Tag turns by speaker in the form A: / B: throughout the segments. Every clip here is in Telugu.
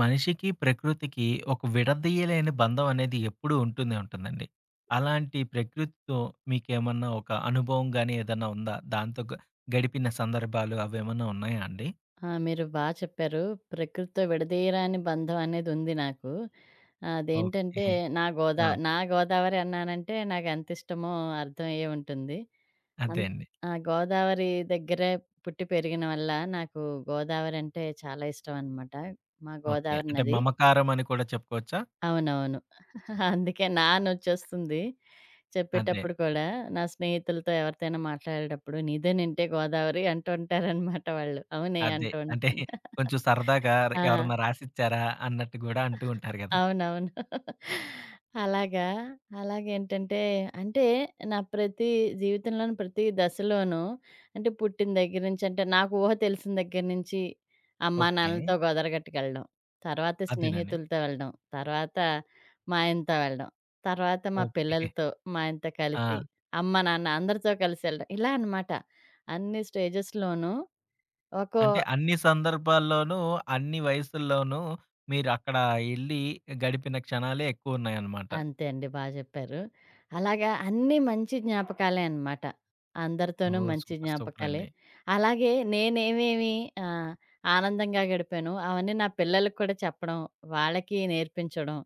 A: మనిషికి, ప్రకృతికి ఒక విడదీయలేని బంధం అనేది ఎప్పుడూ ఉంటూనే ఉంటుందండి. అలాంటి ప్రకృతితో మీకేమన్నా ఒక అనుభవం గాని ఏదన్నా ఉందా? దాంతో గడిపిన సందర్భాలు అవేమన్నా ఉన్నాయా అండి?
B: ఆ! మీరు బా చెప్పారు. ప్రకృతితో విడదీయరాని బంధం అనేదుంది నాకు. అదేంటంటే
A: ఓకే. ఆ!
B: నా గోదావరి అన్నానంటే నాకెంతిష్టమో అర్థమయ్యే ఉంటుంది.
A: అదే
B: అన్
A: అండి.
B: ఆ! గోదావరి దగ్గరే పుట్టి పెరిగిన వల్ల నాకు గోదావరంటే చాలా ఇష్టమనమాట. మా
A: ఓకే.
B: గోదావరి
A: అంటే
B: నది.
A: మమకారం అని కూడా చెప్పుకోవచ్చా?
B: అవునవును. అందుకే నా అనొచ్చేస్తుంది
A: అదే.
B: చెప్పేటప్పుడు కూడా. నా స్నేహితులతో ఎవరితోనైనా మాట్లాడేటప్పుడు "నీదేనింటే గోదావరి" అంటూ ఉంటారనమాట వాళ్ళు. అవునే
A: అదే.
B: అంటూ
A: అంటే
B: ఉంటాను.
A: కొంచెం సరదాగా
B: ఆ!
A: ఎవరన్నా రాసిచ్చారా అన్నట్టు గూడా అంటూ ఉంటారు గదా!
B: అవునవును. అలాగా. అలాగేంటంటే, అంటే నా ప్రతి జీవితంలోని ప్రతి దశలోనూ, అంటే పుట్టిన దగ్గర నుంచి, అంటే నాకు ఊహ తెలిసిన దగ్గర నుంచి అమ్మా,
A: ఓకే.
B: నాన్నలతో గొదరగట్టుకెళ్ళడం. తర్వాత
A: అదేనండి.
B: స్నేహితులతో వెళ్ళడం. తర్వాత మా ఆయనతో వెళ్ళడం. తర్వాత మా
A: ఓకే.
B: పిల్లలతో, మా ఆయనతో
A: ఆ!
B: కలిసి, అమ్మ, నాన్న అందరితో కలిసి వెళ్ళడం. ఇలా అన్నమాట. అన్ని స్టేజెస్‌లోనూ ఒక్కో
A: అంటే అన్ని సందర్భాల్లోనూ, అన్ని వయసుల్లోనూ మీరక్కడ ఎళ్లి గడిపిన క్షణాలే ఎక్కువున్నాయన్నమాట.
B: అంతే అండి. బా జెప్పారు. అలాగా అన్నీ మంచి జ్ఞాపకాలే అనమాట. అందరితోనూ
A: ఓహ్!
B: మంచి
A: సూపర్, సూపర్
B: జ్ఞాపకాలే.
A: అండి.
B: అలాగే నేనేమేమి ఆహ్, ఆనందంగా గడిపానో అవన్నీ నా పిల్లలకి కూడా చెప్పడం, వాళ్ళకి నేర్పించడం,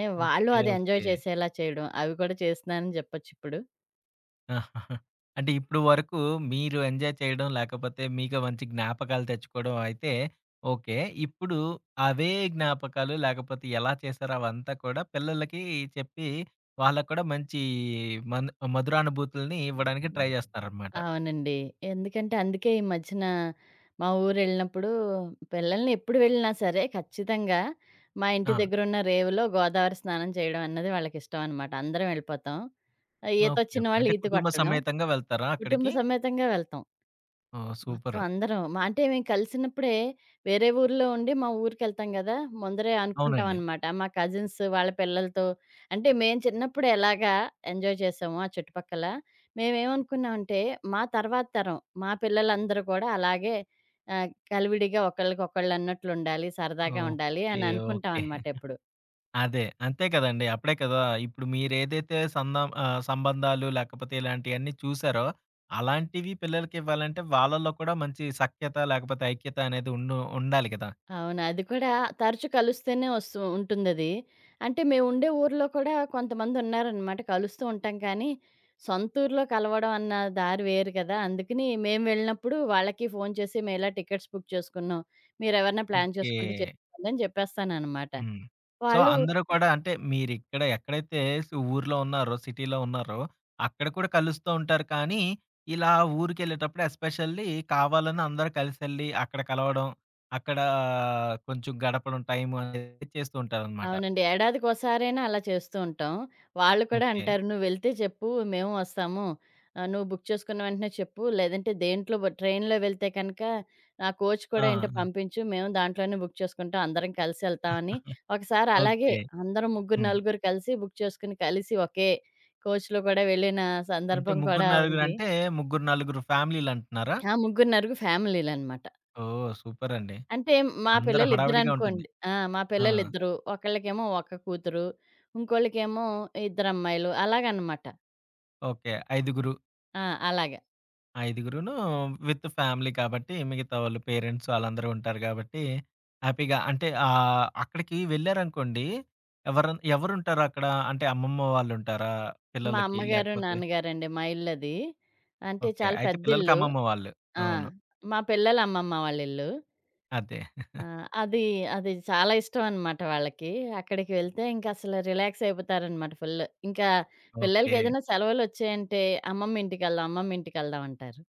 B: వాళ్ళు
A: ఓకే.
B: అది
A: ఓకే.
B: ఎంజాయ్ చేసేలా చేయడం అవి కూడా చేస్తున్నానని జెప్పొచ్చిప్పుడు.
A: అంటే ఇప్పుడు వరకు మీరు ఎంజాయ్ చేయడం, లేకపోతే మీకు మంచి జ్ఞాపకాలు తెచ్చుకోవడం అయితే ఓకే. ఇప్పుడు అవే జ్ఞాపకాలు లేకపోతే ఎలా చేశారో అవంతా కూడా పిల్లలకి చెప్పి, వాళ్ళకి కూడా మంచి మన్ మధురానుభూతుల్ని ఇవ్వడానికి ట్రై చేస్తారన్నమాట.
B: అవునండి. అందుకే ఈ మధ్యన మా ఊరెళ్ళినప్పుడు పిల్లల్ని ఎప్పుడు వెళ్ళినా సరే ఖచ్చితంగా మా ఇంటి
A: ఆ!
B: దగ్గరున్న రేవులో గోదావరి స్నానం చేయడం అన్నది వాళ్ళకిష్టం అనమాట. అందరం వెళ్ళిపోతాం.
A: ఓకే.
B: ఈతొచ్చిన
A: ఓకే.
B: వాళ్ళు
A: అంటే
B: ఈత
A: కుటుంబ
B: కొట్టడం.
A: సమేతంగా వెళ్తారా
B: కుటుంబ
A: అక్కడికి?
B: సమేతంగా వెళ్తాం.
A: ఓహ్!
B: మొత్తం
A: సూపర్.
B: అందరం. అంటే మేము కలిసినప్పుడే వేరే ఊర్లో ఉండి మా ఊరికెళ్తాం గదా! ముందరే అనుకుంటాం
A: అవునండి.
B: అనమాట మా కజిన్స్ వాళ్ళ పిల్లలతో. అంటే మేము చిన్నప్పుడు ఎలాగా ఎంజాయ్ చేసామో ఆ చుట్టుపక్కల, మేమేమనుకున్నామంటే మా తర్వాత తరం, మా పిల్లలందరూ కూడా అలాగే, ఆహ్, కలివిడిగా ఒకళ్ళకొకళ్ళు అన్నట్లుండాలి, సరదాగా ఉండాలి
A: ఓకే.
B: అని అనుకుంటాం
A: ఓకే.
B: అనమాట ఎప్పుడు.
A: అదే. అంతే కదండీ. అప్పుడే కదా! ఇప్పుడు మీరేదైతే సంబంధాలు లేకపోతే ఇలాంటియన్నీ చూసారో, అలాంటివి పిల్లలకివ్వాలంటే వాళ్ళలో కూడా మంచి సఖ్యత లేకపోతే ఐక్యత అనేది ఉండాలి కదా!
B: అవును. అది కూడా తరచు కలుస్తూనే వస్తూ ఉంటుందది. అంటే మేముండే ఊర్లో కూడా కొంతమందున్నారనమాట. కలుస్తూ ఉంటాం కానీ, సొంత ఊర్లో కలవడం అన్న దారి వేరు కదా! అందుకని మేము వెళ్ళినప్పుడు వాళ్ళకి ఫోను చేసి, "మేమిలా టికెట్స్ బుక్ చేసుకున్నాం. మీరెవరైనా ప్లాన్
A: ఓకే.
B: చేసుకుంటే చేసుకోండి" అని చెప్పేస్తాననమాట.
A: హ్మ్. సో,
B: వాళ్ళు
A: అందరూ కూడా అంటే మీరిక్కడ ఎక్కడైతే ఊర్లో ఉన్నారో, సిటీలో ఉన్నారో, అక్కడ కూడా కలుస్తూ ఉంటారు కానీ, ఇలా ఊరికెళ్ళేటప్పుడు ఎస్పెషల్లీ కావాలని అందరూ కలిసెళ్ళి అక్కడ కలవడం, అక్కడ కొంచెం గడపడం టైము అనేది చేస్తూ ఉంటారనమాట.
B: అవునండి, ఏడాదికోసారైనా అలా చేస్తూ ఉంటాం. వాళ్ళు కూడా
A: ఓకే.
B: అంటారు, "నువ్వెళ్తే చెప్పు మేము వస్తాము. నువ్వు బుక్ చేసుకున్న వెంటనే చెప్పు. లేదంటే దేంట్లో ట్రైన్‌లో వెళ్తే కనుక నా కోచ్
A: ఆ!
B: కూడా ఏంటో పంపించు. మేము దాంట్లోనే బుక్ చేసుకుంటాం. అందరం కలిసి ఎళ్తామని." ఒకసారి అలాగే
A: ఓకే.
B: అందరం ముగ్గురు,
A: హ్మ్.
B: నలుగురు కలిసి బుక్ చేసుకొని కలిసి ఒకే కోచ్‌లో కూడా వెళ్ళిన
A: అంటే
B: సందర్భం
A: ముగ్గురు,
B: కూడా
A: నలుగురు
B: ఉంది.
A: అంటే, ముగ్గురు, నలుగురు ఫ్యామిలీలంటున్నారా?
B: ఆ! ముగ్గురు, నలుగురు ఫ్యామిలీలనమాట.
A: ఓహ్! సూపరండి.
B: అంటే మా
A: అందరూ హడావిడిగా ఉంటుంది.
B: పిల్లలిద్దరనుకోండి. ఆ! మా
A: ఆ!
B: పిల్లలిద్దరు. ఒకళ్ళకేమో ఒక కూతురు. ఇంకోళ్ళకేమో ఇద్దరమ్మాయిలు. అలాగనమాట.
A: ఓకే. ఐదుగురు.
B: ఆ! అలాగా.
A: ఐదుగురును విత్ ఫ్యామిలీ కాబట్టి, మిగతా వాళ్ళు పేరెంట్స్ ఆళ్ళందరూ ఉంటారు గాబట్టి, హ్యాపీగా అంటే అక్కడికి వెళ్లారనుకోండి, ఎవరుంటారు అక్కడ? అంటే అమ్మమ్మ వాళ్ళుంటారా
B: మా
A: పిల్లలకి?
B: అమ్మగారు,
A: లేకపోతే
B: నాన్నగారండి మా ఇల్లది. అంటే
A: ఓకే.
B: చాలా
A: అయితే పిల్లలకి
B: పెద్దిల్లు.
A: అమ్మమ్మ వాళ్ళు.
B: ఆ!
A: అవును.
B: మా పిల్లల అమ్మమ్మ వాళ్ళిల్లు.
A: అదే.
B: ఆ! అది అది చాలా ఇష్టం అనమాట వాళ్ళకి. అక్కడికి వెళ్తే ఇంకసలు రిలాక్స్ అయిపోతారనమాట ఫుల్లు. ఇంకా
A: ఓకే.
B: పిల్లలకేదైనా సెలవులొచ్చాయంటే, "అమ్మమ్మ ఇంటికెళ్దాం, అమ్మమ్మ ఇంటికెళ్దాం" అంటారు.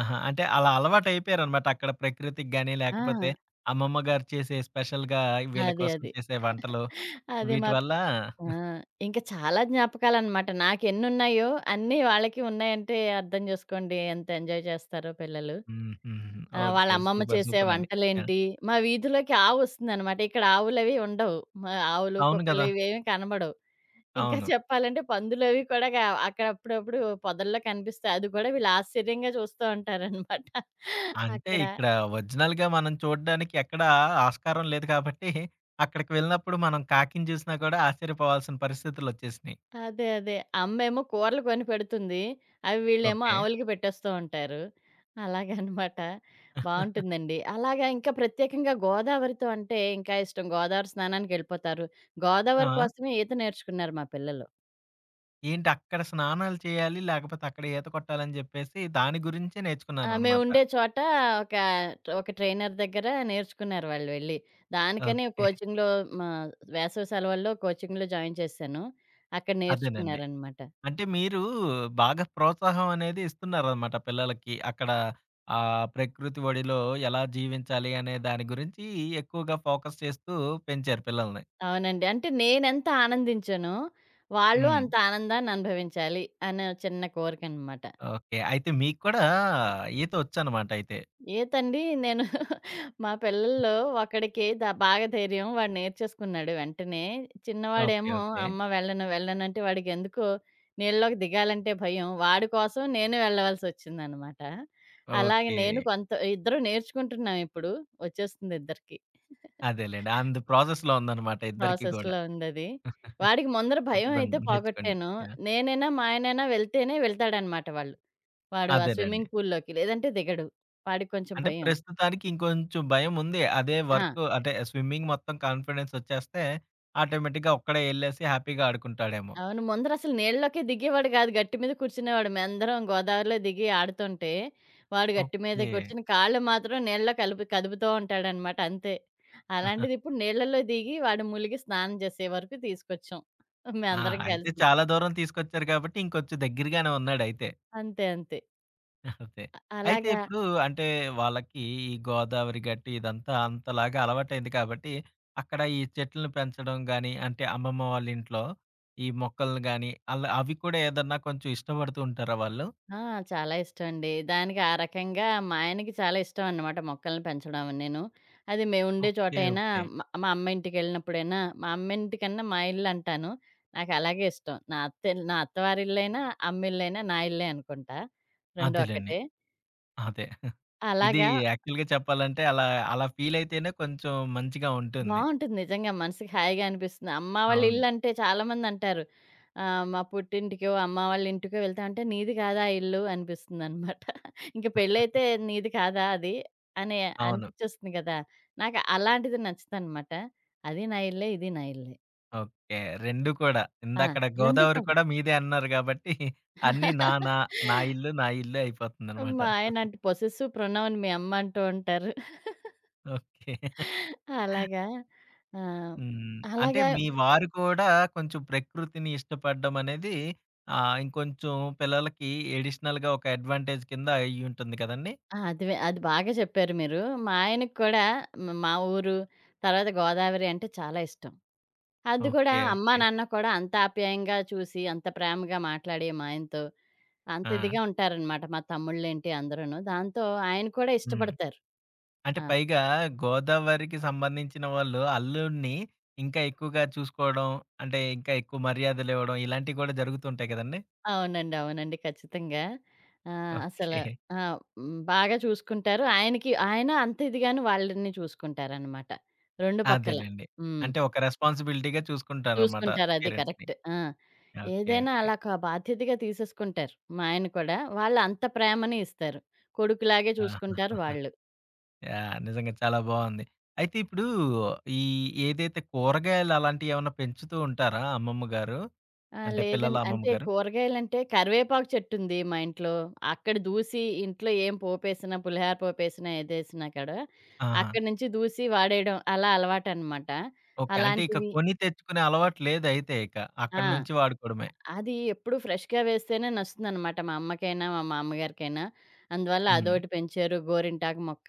A: ఆహా! అంటే అలా అలవాటయిపోయారనమాట. అక్కడ ప్రకృతికి గాని,
B: ఆ!
A: లేకపోతే అమ్మమ్మ గారు చేసే స్పెషల్‌గా వీళ్ళ
B: అది.
A: కోసం
B: అది.
A: చేసే వంటలు
B: అది మా
A: వీటి వల్ల
B: ఆ! ఇంక చాలా జ్ఞాపకాలనమాట. నాకెన్నున్నాయో అన్నీ వాళ్ళకి ఉన్నాయంటే అర్థం జేసుకోండి ఎంత ఎంజాయ్ చేస్తారో పిల్లలు.
A: హుహు.
B: వాళ్ళ
A: ఓకే.
B: అమ్మమ్మ
A: సూపర్.
B: చేసే
A: సూపర్ అండి. యాహ్!
B: వంటలేంటి, మా వీధిలోకి ఆవొస్తుందనమాట. ఇక్కడ ఆవులవి ఉండవు. మా ఆవులు,
A: అవును
B: కుక్కలు
A: గదా!
B: ఇవేమి కనబడవు. ఇంకా
A: అవును.
B: చెప్పాలంటే పందులవి కూడా అక్కడ అప్పుడప్పుడు పొదల్లో కనిపిస్తాయి. అది గూడా వీళ్ళు ఆశ్చర్యంగా చూస్తూ ఉంటారనమాట
A: అంటే
B: అక్కడ.
A: ఇక్కడ ఒరిజినల్‌గా మనం చూడడానికి ఎక్కడ ఆస్కారం లేదు కాబట్టి, అక్కడికి వెళ్ళినప్పుడు మనం కాకిని చూసినా కూడా ఆశ్చర్యపోవాల్సిన పరిస్థితులొచ్చేసినాయి.
B: అదే. అమ్మేమో కూరలు కొని పెడుతుంది. అవి వీళ్ళేమో
A: ఓకే.
B: ఆవులకి పెట్టేస్తూ ఉంటారు. అలాగనమాట. బావుంటుందండి. అలాగా ఇంకా ప్రత్యేకంగా గోదావరితో అంటే ఇంకా ఇష్టం. గోదావరి స్నానానికెళ్ళిపోతారు. గోదావరి
A: ఆ!
B: కోసమే ఈత నేర్చుకున్నారు మా పిల్లలు.
A: ఏంటి అక్కడ స్నానాలు చేయాలి, లేకపోతే అక్కడ ఈత కొట్టాలని జెప్పేసి దాని గురించే
B: ఆ!
A: నేర్చుకున్నాననమాట.
B: మేముండే చోట ఒక, ఒక ట్రైనర్ దగ్గర నేర్చుకున్నారు వాళ్ళు వెళ్లి. దానికని
A: ఓకే.
B: కోచింగ్‌లో మా వేసవి సెలవుల్లో కోచింగ్‌లో జాయిన్ చేశాను. అక్కడ
A: అదేనండి.
B: నేర్చుకున్నారనమాట.
A: అంటే మీరు బాగా ప్రోత్సాహం అనేది ఇస్తున్నారనమాట పిల్లలకి. అక్కడ ప్రకృతి ఒడిలో ఎలా జీవించాలి అనే దాని గురించి ఎక్కువగా ఫోకస్ చేస్తూ పెంచారు పిల్లల్ని.
B: అవునండి. అంటే నేనెంత ఆనందించానో, వాళ్ళు
A: హ్మ్.
B: అంత ఆనందాన్ని అనుభవించాలి అనే ఒక చిన్న కోరికనమాట.
A: ఓకే. అయితే మీకు కూడా ఈత ఒచ్చనమాట అయితే.
B: ఈతండి నేను. మా పిల్లల్లో ఒకడికి బాగా ధైర్యం. వాడు నేర్చేసుకున్నాడు వెంటనే.
A: ఓకే.
B: చిన్నవాడేమో
A: ఓకే.
B: అమ్మ వెళ్ళను, వెళ్ళనంటే వాడికెందుకో నీళ్ళలోకి దిగాలంటే భయం. వాడి కోసం నేను వెళ్ళవలసొచ్చిందనమాట. అలాగే
A: ఓకే.
B: నేను కొంత ఇద్దరు నేర్చుకుంటున్నాం ఇప్పుడు. వచ్చేస్తుంది ఇద్దరికీ.
A: అదేలెండి. అందు ప్రాసెస్‌లో ఉందనమాట ఇద్దరికీ గూడా.
B: ప్రాసెస్‌లో ఉందది. వాడికి ముందర భయమయితే
A: తప్పకుండా నేర్చుకోండి.
B: పోగొట్టాను.
A: యాహ్!
B: నేనైనా, మా ఆయనైనా వెళ్తేనే వెళ్తాడనమాట వాళ్ళు. వాడు ఆ
A: అదేనండి.
B: స్విమ్మింగ్ పూల్‌లోకి లేదంటే దిగడు. వాడికి కొంచెం
A: అంటే
B: భయం.
A: ప్రస్తుతానికి ఇంకొంచెం భయముంది. అదే
B: ఆ!
A: వర్క్ అంటే స్విమ్మింగ్ మొత్తం కాన్ఫిడెన్స్ ఒచ్చేస్తే ఆటోమేటిక్‌గా ఒక్కడే ఎళ్ళేసి హ్యాపీగా ఆడుకుంటాడేమో.
B: అవును. ముందర అసలు నీళ్ళలోకే దిగేవాడు కాదు. గట్టు మీద కూర్చునేవాడు. మేమందరం గోదావరిలో దిగి ఆడుతుంటే, వాడు గట్టు మీదే
A: ఓకే.
B: కూర్చొని కాళ్ళు మాత్రం నీళ్ళలో కలిపి కదుపుతూ ఉంటాడనమాట అంతే. అలాంటిది ఇప్పుడు నీళ్ళలో దిగి వాడు ములిగి స్నానం చేసే వరకు తీసుకొచ్చాం,
A: ఆ!
B: మేమందరం
A: అయితే
B: కలిసి.
A: చాలా దూరం తీసుకొచ్చారు కాబట్టి ఇంకొంచెం దగ్గరగానే ఉన్నాడయితే.
B: అంతే.
A: అదే. అయితే
B: అలాగా.
A: ఇప్పుడు అంటే వాళ్ళకి ఈ గోదావరి గట్టి ఇదంతా అంతలాగా అలవాటైంది కాబట్టి, అక్కడ ఈ చెట్లను పెంచడం గాని, అంటే అమ్మమ్మ వాళ్ళ ఇంట్లో ఈ మొక్కలను గాని, అలా అవి కూడా ఏదన్నా కొంచెం ఇష్టపడుతూ ఉంటారా వాళ్ళు?
B: ఆ! చాలా ఇష్టమండి. దానికి ఆ రకంగా మా ఆయనకి చాలా ఇష్టం అన్నమాట మొక్కల్ని పెంచడం అన్నీను. అది మేముండే
A: ఓకే.
B: చోటైనా,
A: ఓకే.
B: మా అమ్మ ఇంటికెళ్ళినప్పుడైనా, మా అమ్మ ఇంటికన్నా మా ఇల్లంటాను. నాకలాగే ఇష్టం. నా అత్తవారిల్లైనా, అమ్మిల్లైనా నా ఇల్లే అనుకుంటా. 2
A: అదేలెండి.
B: ఒక్కటే.
A: అదే. ఇది
B: అలాగా
A: యాక్చువల్‌గా చెప్పాలంటే అలా ఫీల్ అయితేనే కొంచెం మంచిగా ఉంటుంది.
B: బావుంటుంది నిజంగా. మనసుకి హాయిగా అనిపిస్తుంది. అమ్మ వాళ్ళ
A: అవును.
B: ఇల్లంటే చాలామందంటారు. మా పుట్టింటికో, అమ్మ వాళ్ళ ఇంటికో వెళ్తామంటే, నీది కాదా ఆ ఇల్లు అనిపిస్తుందనమాట. ఇంక పెళ్ళైతే నీది కాదా అది అని
A: అవును.
B: అనిపిచ్చేస్తుంది గదా! నాకు అలాంటిది నచ్చదనమాట. అది నా ఇల్లే, ఇది నా ఇల్లే.
A: ఓకే. 2 కూడా.
B: ఆ!
A: ఇందాకడ
B: 2
A: గోదావరి
B: కూడా.
A: కూడా మీదే అన్నారు కాబట్టి, అన్నీ నా ఇల్లు, నా ఇల్లే అయిపోతుందనమాట.
B: మా ఆయన అంటే పొసెసివ్ ప్రొనౌన్ మీ అమ్మ అంటూ ఉంటారు.
A: ఓకే.
B: అలాగా. ఆ!
A: హ్మ్. అంటే
B: అలాగా.
A: మీ వారు కూడా కొంచెం ప్రకృతిని ఇష్టపడడం అనేది ఇంకొంచెం పిల్లలకి ఎడిషనల్‌గా ఒక అడ్వాంటేజ్ కింద అయ్యుంటుంది కదండీ!
B: ఆ! అది బాగా చెప్పారు మీరు. మా ఆయనకి కూడా మా ఊరు, తర్వాత గోదావరి అంటే చాలా ఇష్టం. అది కూడా
A: ఓకే.
B: అమ్మా,
A: ఓకే.
B: నాన్న కూడా అంత ఆప్యాయంగా చూసి, అంత ప్రేమగా మాట్లాడి మా ఆయనతో, అంత
A: ఆ!
B: ఇదిగా ఉంటారనమాట మా తమ్ముళ్ళేంటి అందరూను. దాంతో ఆయన కూడా
A: హ్మ్.
B: ఇష్టపడతారు.
A: అంటే
B: ఆ!
A: పైగా గోదావరికి సంబంధించిన వాళ్ళు అల్లుడిని ఇంకా ఎక్కువగా చూసుకోవడం, అంటే ఇంకా ఎక్కువ మర్యాదలివ్వడం ఇలాంటివి కూడా జరుగుతుంటాయి కదండీ!
B: అవునండి. అవునండి. ఖచ్చితంగా. ఆహ్, అసల
A: ఓకే.
B: ఆ! హ్మ్. బాగా చూసుకుంటారు. ఆయనకి ఆయన అంత ఇదిగాను వాళ్ళని చూసుకుంటారనమాట. 2 పక్కల.
A: అదేలెండి.
B: హ్మ్.
A: అంటే ఒక రెస్పాన్సిబిలిటీగా చూసుకుంటారన్నమాట
B: చూసుకుంటారు. అది
A: పేరెంట్స్‌ని.
B: కరెక్ట్. ఆ!
A: ఓకే.
B: ఏదైనా
A: ఓకే.
B: అలా బాధ్యతగా తీసేసుకుంటారు మా ఆయన కూడా. వాళ్ళు అంత ప్రేమనే ఇస్తారు. కొడుకులాగే చూసుకుంటారు
A: ఆహా!
B: వాళ్ళు.
A: యాహ్! నిజంగా చాలా బావుంది. అయితే ఇప్పుడు ఈ ఏదైతే కూరగాయలు అలాంటివి ఏమన్నా పెంచుతూ ఉంటారా అమ్మమ్మ గారు?
B: ఆ!
A: అంటే పిల్లల
B: లేదంటే
A: అమ్మమ్మ
B: అంటే
A: గారు?
B: కూరగాయలంటే కరివేపాకు చెట్టుంది మా ఇంట్లో. అక్కడ దూసి ఇంట్లో ఏం పోపేసినా, పులిహార పోపేసినా, ఏదేసినా కూడా
A: ఆహా!
B: అక్కడి నుంచి దూసి వాడేయడం అలా అలవాటనమాట.
A: ఓకే. అంటే ఇక
B: అలాంటివి.
A: కొని తెచ్చుకునే అలవాటు లేదైతే ఇక.
B: ఆ!
A: అక్కడి నుంచి వాడుకోవడమే.
B: అది ఎప్పుడు ఫ్రెష్‌గా వేస్తేనే నచ్చుతుందనమాట మా అమ్మకైనా, మా మామగారికైనా. అందువల్ల
A: హ్మ్.
B: అదోటి పెంచారు, గోరింటాకు మొక్క.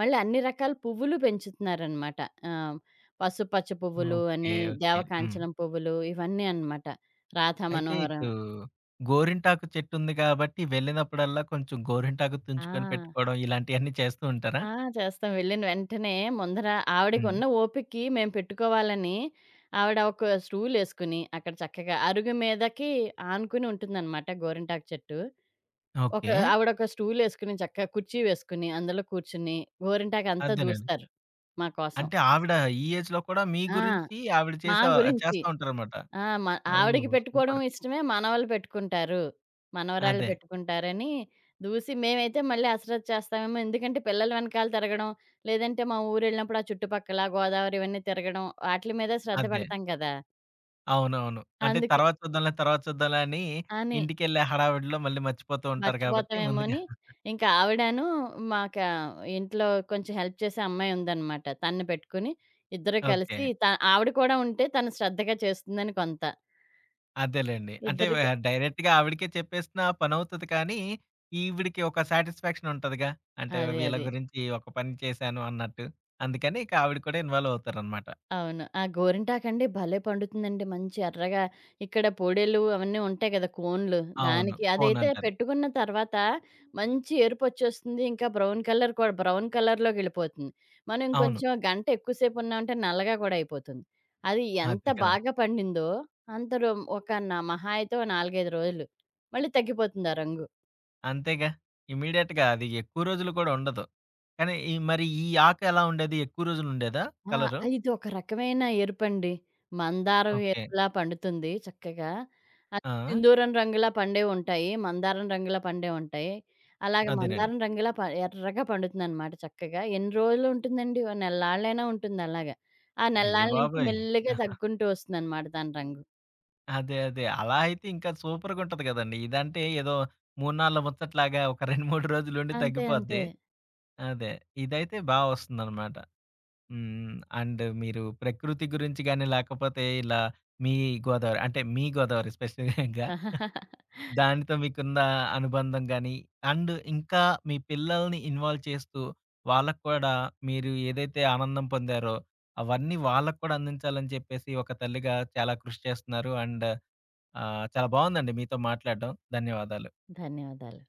B: మళ్ళీ అన్ని రకాల పువ్వులు పెంచుతున్నారనమాట. ఆహ్, పసుపచ్చ పువ్వులు
A: ఓకే.
B: అని,
A: ఓకే. హ్మ్.
B: దేవకాంచనం పువ్వులు ఇవన్నీ అనమాట. రాధా
A: అయితే
B: మనోహరం.
A: ఇప్పుడు గోరింటాకు చెట్టు ఉంది కాబట్టి వెళ్ళినప్పుడల్లా కొంచెం గోరింటాకు తుంచుకొని
B: ఆ!
A: పెట్టుకోవడం ఇలాంటియన్నీ చేస్తూ ఉంటారా?
B: ఆ! చేస్తాం. వెళ్ళిన వెంటనే ముందర
A: హ్మ్.
B: ఆవిడకున్న ఓపికకి మేము పెట్టుకోవాలని ఆవిడ ఒక స్టూలేసుకుని, అక్కడ చక్కగా అరుగు మీదకి ఆనుకుని ఉంటుందనమాట గోరింటాకు చెట్టు.
A: ఓకే.
B: ఆవిడొక స్టూలేసుకొని చక్కగా కుర్చీ వేసుకొని, అందులో కూర్చుని గోరింటాకంతా
A: అదేనండి.
B: దూస్తారు మా కోసం.
A: అంటే ఆవిడ ఈ ఏజ్‌లో కూడా మీ
B: ఆ!
A: గురించి ఆవిడ
B: మా
A: చేసే
B: గురించి.
A: చేస్తా ఉంటారన్నమాట.
B: ఆ!
A: ఓహ్!
B: ఆవిడకి పెట్టుకోవడం
A: సూపర్.
B: ఇష్టమే, మనవళ్ళు పెట్టుకుంటారు, మనవరాళ్ళు
A: అదే.
B: పెట్టుకుంటారని దూసి. మేమైతే మళ్ళీ హసరత్ చేస్తామేమో, ఎందుకంటే పిల్లల వెనకాల తిరగడం, లేదంటే మా ఊరెళ్ళినప్పుడు ఆ చుట్టుపక్కల గోదావరి ఇవన్నీ తిరగడం, ఆటిలి మీద శ్రద్ధ
A: అదే.
B: పెడతాం కదా!
A: అవునవును. అంటే
B: అందుకే
A: తర్వాత చూద్దాంలే, తర్వాత చూద్దాంలే అని
B: అని.
A: ఇంటికెళ్ళే హడావిడిలో మళ్ళీ మర్చిపోతూ ఉంటారు కాబట్టి
B: మర్చిపోతామేమో
A: ముందుగా.
B: అని, ఇంకా ఆవిడాను మాకా ఇంట్లో కొంచెం హెల్ప్ చేసే అమ్మాయుందనమాట. తనని పెట్టుకొని ఇద్దరు
A: ఓకే.
B: కలిసి ఆవిడ కూడా ఉంటే తను శ్రద్ధగా చేస్తుందని కొంత.
A: అదేలెండి. అంటే వ
B: ఇద్దరికి.
A: డైరెక్ట్‌గా ఆవిడకే చెప్పేసినా పనవుతది కానీ, ఈవిడికి ఒక సాటిస్ఫాక్షన్ ఉంటదిగా. అంటే వీళ్ళ
B: అదే.
A: గురించి ఒక పని చేశాను అన్నట్టు. అందుకని ఇక ఆవిడ కూడా ఇన్వాల్వ్ అవుతారనమాట.
B: అవును. ఆ గోరింటాకండి భలే పండుతుందండి, మంచి ఎర్రగా. ఇక్కడ పొడేలు అవన్నీ ఉంటాయి కదా! కోన్లు.
A: అవును.
B: దానికి
A: ఫోను
B: అదైతే
A: అంటారు.
B: పెట్టుకున్న తర్వాత మంచి ఎరుపొచ్చేస్తుంది. ఇంకా బ్రౌన్ కలర్‌లోకెళ్ళిపోతుంది. మనం
A: అవును.
B: ఇంకొంచెం గంట ఎక్కువ సేపు ఉన్నామంటే నల్లగా కూడా అయిపోతుంది. అది ఎంత
A: అదే కదా!
B: బాగా పండిందో అంత ఒక న మహా అయితే ఓ 4, 5 రోజులు. మళ్ళీ తగ్గిపోతుంది ఆ రంగు.
A: అంతేగా. ఇమ్మీడియేట్‌గా అది ఎక్కువ రోజులు కూడా ఉండదు. కానీ ఈ ఆకెలా ఉండేది? ఎక్కువ రోజులుండేదా
B: ఆ!
A: కలరు?
B: ఇది ఒక రకమైన ఎరుపండి. మందారం
A: ఓకే.
B: ఎరుపులా పండుతుంది చక్కగా. అది
A: ఆ!
B: సింధూరం రంగులా పండేవి ఉంటాయి. మందారం రంగులా పండేవి ఉంటాయి. అలాగే
A: అదేనండి.
B: మందారం రంగులా ప ఎర్రగా పండుతుందనమాట చక్కగా. ఎన్ని రోజులు ఉంటుందండి? ఓ నెల్లాళ్ళైనా ఉంటుంది అలాగా. ఆ
A: అయ్య
B: నెల్లాళ్ళ నుంచి
A: బాబోయ్!
B: మెల్లిగా తగ్గుకుంటూ వస్తుందనమాట దాని రంగు.
A: అదే. అలా అయితే ఇంకా సూపర్‌గుంటది గదండీ. ఇదంటే ఏదో మూన్నాళ్ళ ముచ్చట్లాగా ఒక 2, 3 రోజులుండి
B: అంతే.
A: తగ్గిపోద్ది. అదే. ఇదైతే బా వస్తుందనమాట. హ్మ్. అండ్ మీరు ప్రకృతి గురించి గాని, లేకపోతే ఇలా మీ గోదావరి అంటే మీ గోదావరి స్పెసిఫిక్‌గా దానితో మీకున్న అనుబంధం గాని, అండ్ ఇంకా మీ పిల్లల్ని ఇన్వాల్వ్ చేస్తూ వాళ్ళకి కూడా మీరు ఏదైతే ఆనందం పొందారో, అవన్నీ వాళ్ళకి కూడా అందించాలని చెప్పేసి ఒక తల్లిగా చాలా కృషి చేస్తున్నారు. అండ్ ఆహ్, చాలా బావుందండి మీతో మాట్లాడడం. ధన్యవాదాలు.
B: ధన్యవాదాలు.